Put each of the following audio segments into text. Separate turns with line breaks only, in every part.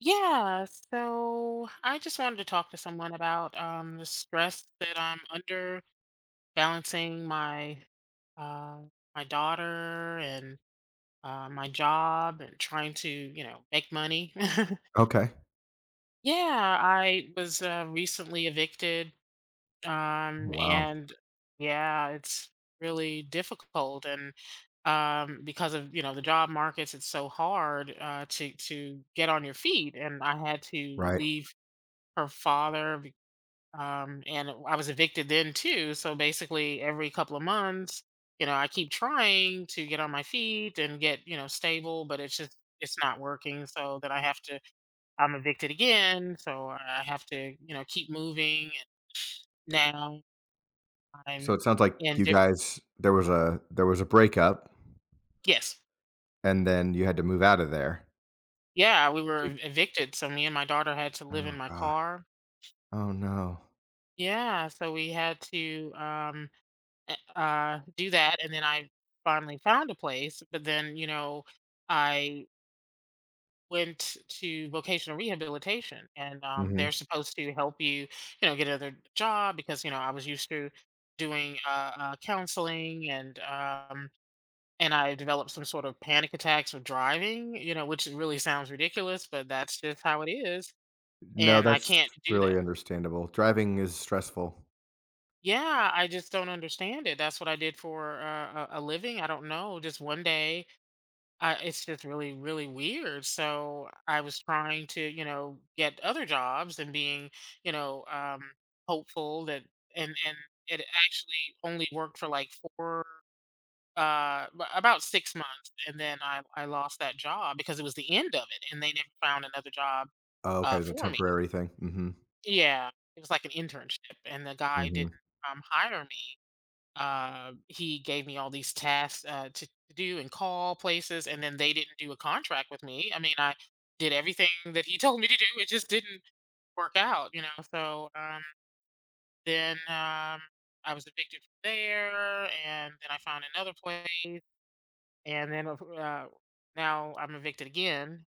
Yeah, so I just wanted to talk to someone about the stress that I'm under balancing uh, my daughter and my job and trying to, make money.
Okay.
Yeah, I was recently evicted,
Wow.
and yeah, it's really difficult and because of, the job markets. It's so hard to get on your feet, and I had to
Right.
leave her father and I was evicted then too. So basically every couple of months, I keep trying to get on my feet and get, stable, but it's not working. So that I have to, I'm evicted again, so I have to, keep moving, and now
So
i'm
it sounds like
in
you
diff-
guys there was a breakup
yes.
and then you had to move out of there.
Yeah,
So you-
evicted, so me and my daughter had to live in
Oh
my
god.
car.
Oh no.
Yeah, so we had to do that, and then I finally found a place. But then, you know, I went to vocational rehabilitation, and
Mhm.
they're supposed to help you, you know, get another job because, you know, I was used to doing, counseling, and and I developed some sort of panic attacks with driving, which really sounds ridiculous, but that's just how it is,
No,
and I
that's
can't do that.
really understandable. Driving is stressful.
Yeah, I just don't understand it. That's what I did for, a living. I don't know, just one day it's just really, really weird. So I was trying to, you know, get other jobs and being, you know, um, hopeful that, and it actually only worked for like four, about 6 months, and then I lost that job because it was the end of it, and they never found another job
Oh, okay, it's a
for me.
temporary thing. Mhm.
Yeah, it was like an internship, and the guy didn't
Mhm.
hire me. He gave me all these tasks to do and call places, and then they didn't do a contract with me. I mean, I did everything that he told me to do. It just didn't work out, you know. So then I was evicted from there, and then I found another place, and then now I'm evicted again.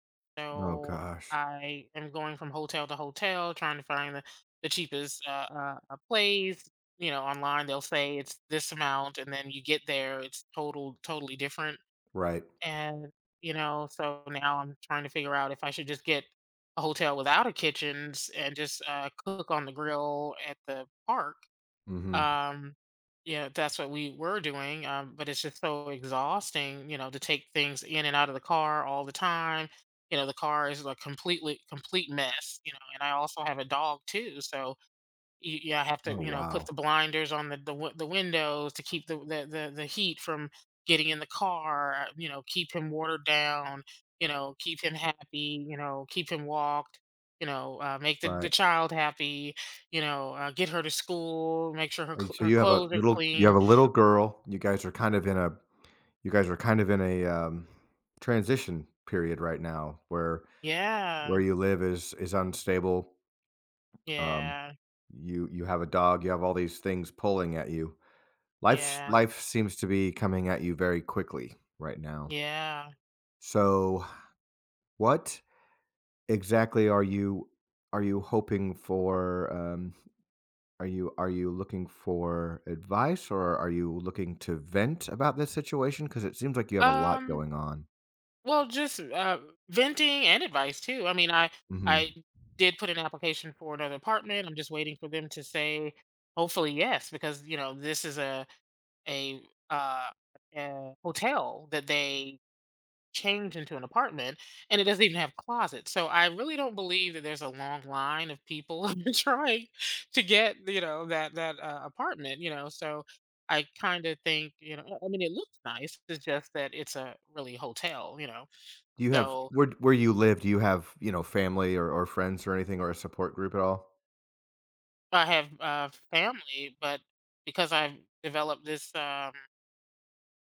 Oh
So
gosh.
I am going from hotel to hotel trying to find the cheapest place. You know, online they'll say it's this amount, and then you get there, it's totally different.
Right.
And you know, so now I'm trying to figure out if I should just get a hotel without a kitchens and just cook on the grill at the park.
Mhm.
um you know, that's what we were doing, but it's just so exhausting, to take things in and out of the car all the time. You know, the car is a complete mess, and I also have a dog too. So yeah, I have to,
Oh
you know, put
wow.
the blinders on the windows to keep the heat from getting in the car. You know, keep him watered down. You know, keep him happy. You know, keep him walked. You know, make the
Right.
child happy. You know, get her to school. Make sure
And so
her
you have a
clothes are
little you have
clean.
a little girl. You guys are kind of in a transition period right now where
Yeah,
you live is unstable. Um,
yeah,
you you have a dog, you have all these things pulling at you.
yeah,
Life seems to be coming at you very quickly right now.
yeah.
So, what exactly are you hoping for? Are you looking for advice, or are you looking to vent about this situation? Because it seems like you have a lot
Um,
going on.
Well, just, venting and advice too. I mean, I
Hmm.
I did put an application for another apartment. I'm just waiting for them to say, hopefully, yes, because, you know, this is a, uh, a hotel that they changed into an apartment, and it doesn't even have closets. So I really don't believe that there's a long line of people trying to get, you know, that apartment, you know? So I kinda think, you know, I mean, it looks nice. It's just that it's a really hotel, you know?
Do you have
So
where you live? Do you have you know family, or friends or anything, or a support group at all?
I have, family, but because I've developed this,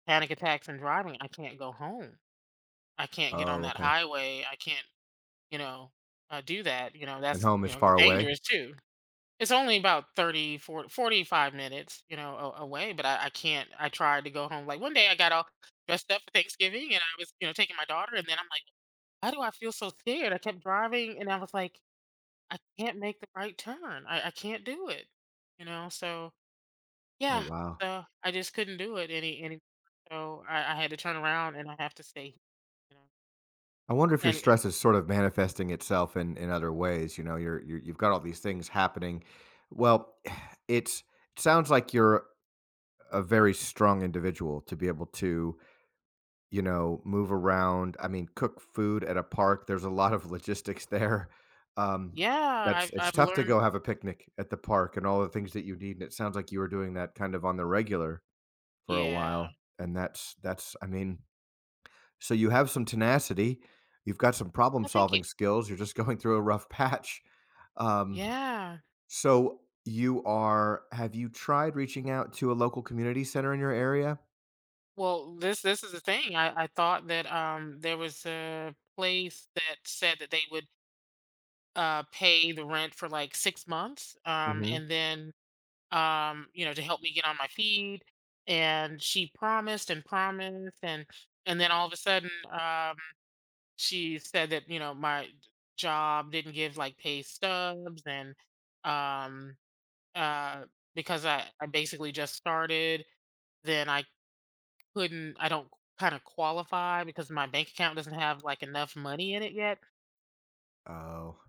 panic attacks and driving, I can't go home. I can't get on
Oh,
that
okay.
highway. I can't, you know, do that. You know,
And
that's,
home
you
is
know,
far away?
dangerous too. It's only about 30, 40, 45 minutes, you know, away, but I can't. I tried to go home. Like one day I got all dressed up for Thanksgiving and I was, you know, taking my daughter. And then I'm like, why do I feel so scared? I kept driving and I was like, I can't make the right turn. I can't do it, you know, so.
Oh,
Yeah,
wow.
so I just couldn't do it any so I had to turn around and I have to stay, you know,
I wonder if your
and
stress is sort of manifesting itself in other ways. You know, you've got all these things happening. Well, it's it sounds like you're a very strong individual to be able to, you know, move around. I mean, cook food at a park, there's a lot of logistics there. Um,
yeah,
that's it's
I've
tough to
learned
go have a picnic at the park and all the things that you need, and it sounds like you were doing that kind of on the regular for a
yeah.
while, and that's, so you have some tenacity, you've got some problem
Oh, thank you.
solving skills, you're just going through a rough patch. Um,
Yeah.
so you are, have you tried reaching out to a local community center in your area?
Well, this is the thing. I thought that, there was a place that said that they would, pay the rent for, like, 6 months,
Mhm.
and then, you know, to help me get on my feet, and she promised and promised, and then all of a sudden, she said that, you know, my job didn't give like pay stubs, and um uh because I basically just started. Then I don't kind of qualify because my bank account doesn't have like enough money in it yet,
Oh,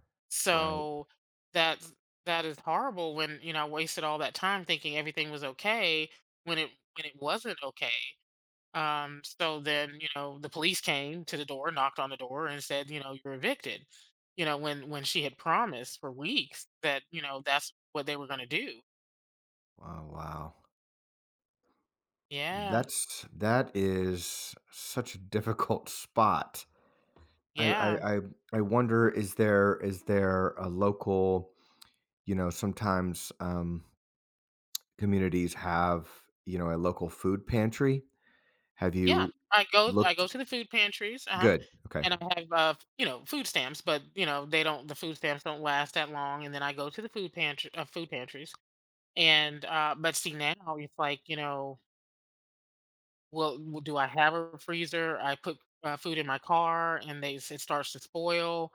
right.
so that's, that is horrible. When, you know, I wasted all that time thinking everything was okay, when it when it wasn't okay. So then, you know, the police came to the door, knocked on the door, and said, you know, you're evicted. You know, when she had promised for weeks that, you know, that's what they were going to do.
Oh, wow.
Yeah,
That is such a difficult spot. I
yeah,
I I I wonder, is there a local, you know, sometimes communities have, you know, a local food pantry. Have
yeah.
you
I
Looked
go to the food pantries, uh-huh,
good. Okay.
and I have you know, food stamps, but you know the food stamps don't last that long. And then I go to the food pantry, food pantries, and but see now it's like, you know. Well, w do I have a freezer? I put, food in my car, and they s it starts to spoil,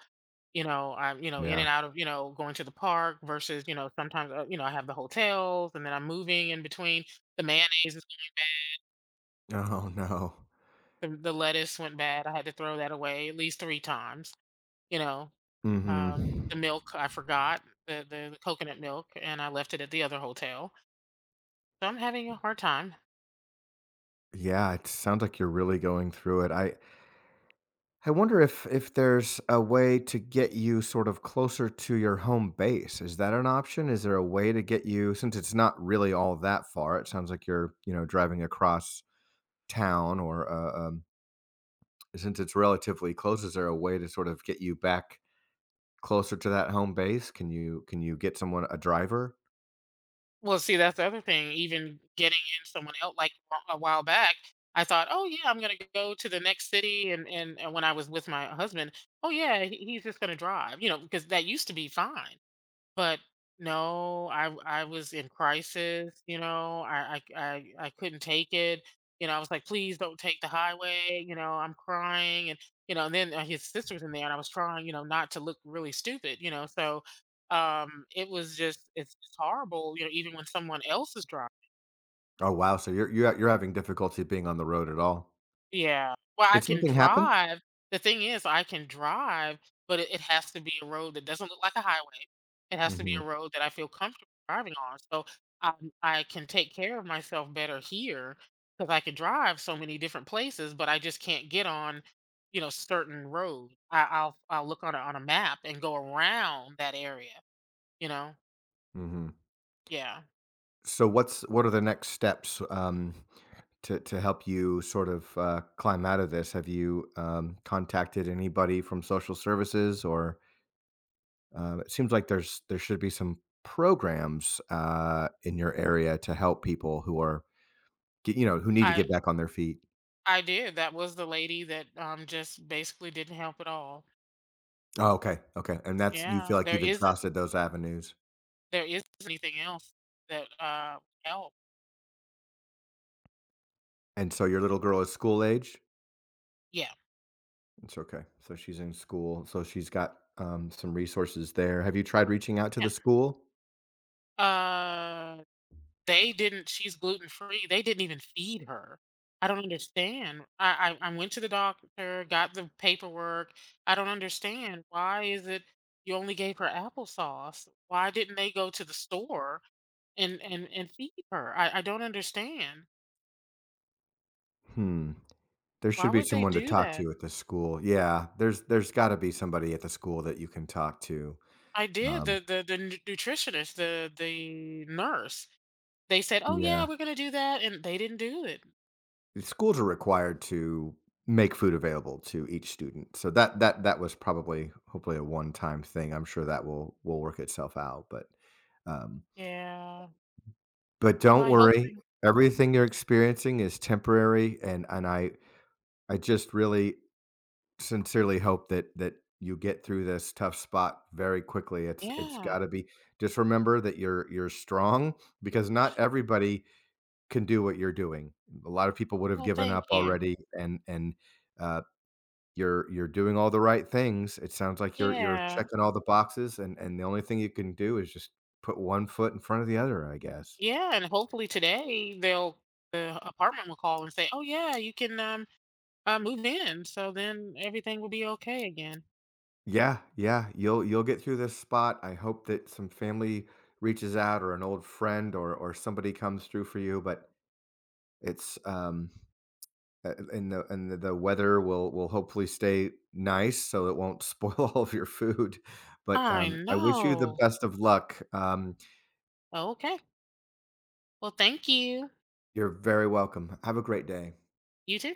you know. I'm, you know, in
Yeah.
and out of, you know, going to the park versus, you know, sometimes, you know, I have the hotels and then I'm moving in between. The mayonnaise, is
Oh, no.
the lettuce went bad. I had to throw that away at least 3 times, you know,
Mhm.
the milk. I forgot the coconut milk, and I left it at the other hotel. So I'm having a hard time.
Yeah, it sounds like you're really going through it. I wonder if there's a way to get you sort of closer to your home base. Is that an option? Is there a way to get you, since it's not really all that far? It sounds like you're, you know, driving across town or, since it's relatively close, is there a way to sort of get you back closer to that home base? Can you get someone, a driver?
Well, see, that's the other thing. Even getting in someone else, like, a while back, I thought, "Oh, yeah, I'm gonna go to the next city," and when I was with my husband, "Oh, yeah, he's just gonna drive," you know, because that used to be fine. But no, I was in crisis. You know, I c I couldn't take it, you know. I was like, "Please don't take the highway," you know, I'm crying, and, you know, and then, his sister was in there, and I was trying, you know, not to look really stupid, you know. So, it was just it's horrible, you know, even when someone else is driving.
Oh, wow. So you're having difficulty being on the road at all.
Yeah. Well, I
Did
can
something happen?
drive. The thing is, I can drive, but it has to be a road that doesn't look like a highway. It has to be
Mhm,
a road that I feel comfortable driving on. So, I can take care of myself better here because I can drive so many different places, but I just can't get on, you know, certain roads. I'll look on a map and go around that area, you know?
mhm.
Yeah.
So what are the next steps, to help you sort of, climb out of this? Have you, contacted anybody from social services? Or, it seems like there should be some programs, in your area to help people who are ge, you know, who need to
I
get back on their feet.
I did. That was the lady that, just basically didn't help at all.
Oh, okay, okay, and that's, you feel
Yeah.
like you've exhausted those avenues.
There is anything else that, help.
And so your little girl is school age.
Yeah,
It's okay. So she's in school. So she's got some resources there. Have you tried reaching out to
yeah.
the school?
Uh, they didn't she's gluten-free, they didn't even feed her. I don't understand. I went to the doctor, got the paperwork. I don't understand. Why is it you only gave her applesauce? Why didn't they go to the store and feed her? I don't understand.
Hmm. There
Why
should be
would they
someone to
do
talk
that?
to at the school. Yeah. There's got to be somebody at the school that you can talk to.
I did.
Um,
The nu nutritionist, the nurse. They said, "Oh, yeah,
yeah.
we're gonna do that," and they didn't do it.
The schools are required to make food available to each student. So that was probably, hopefully, a one time thing. I'm sure that will work itself out. Um,
Yeah.
but
Well,
don't
I hope
worry.
they
Everything you're experiencing is temporary, and I just really sincerely hope that you get through this tough spot very quickly. It's
yeah.
got to be, just remember that you're strong, because not everybody can do what you're doing. A lot of people would have
Well,
given
thank
up
you.
already, and uh, you're doing all the right things. It sounds like you're
Yeah.
checking all the boxes, and the only thing you can do is just put one foot in front of the other, I guess.
Yeah, and hopefully today they'll, the apartment will call and say, "Oh, yeah, you can, move in," so then everything will be okay again.
Yeah, yeah, you'll get through this spot. I hope that some family reaches out, or an old friend, or somebody comes through for you. But it's, and the weather will hopefully stay nice, so it won't spoil all of your food, but,
I
I wish you the
know.
best of luck,
Okay. Well, thank you.
you're very welcome. Have a great day.
You too.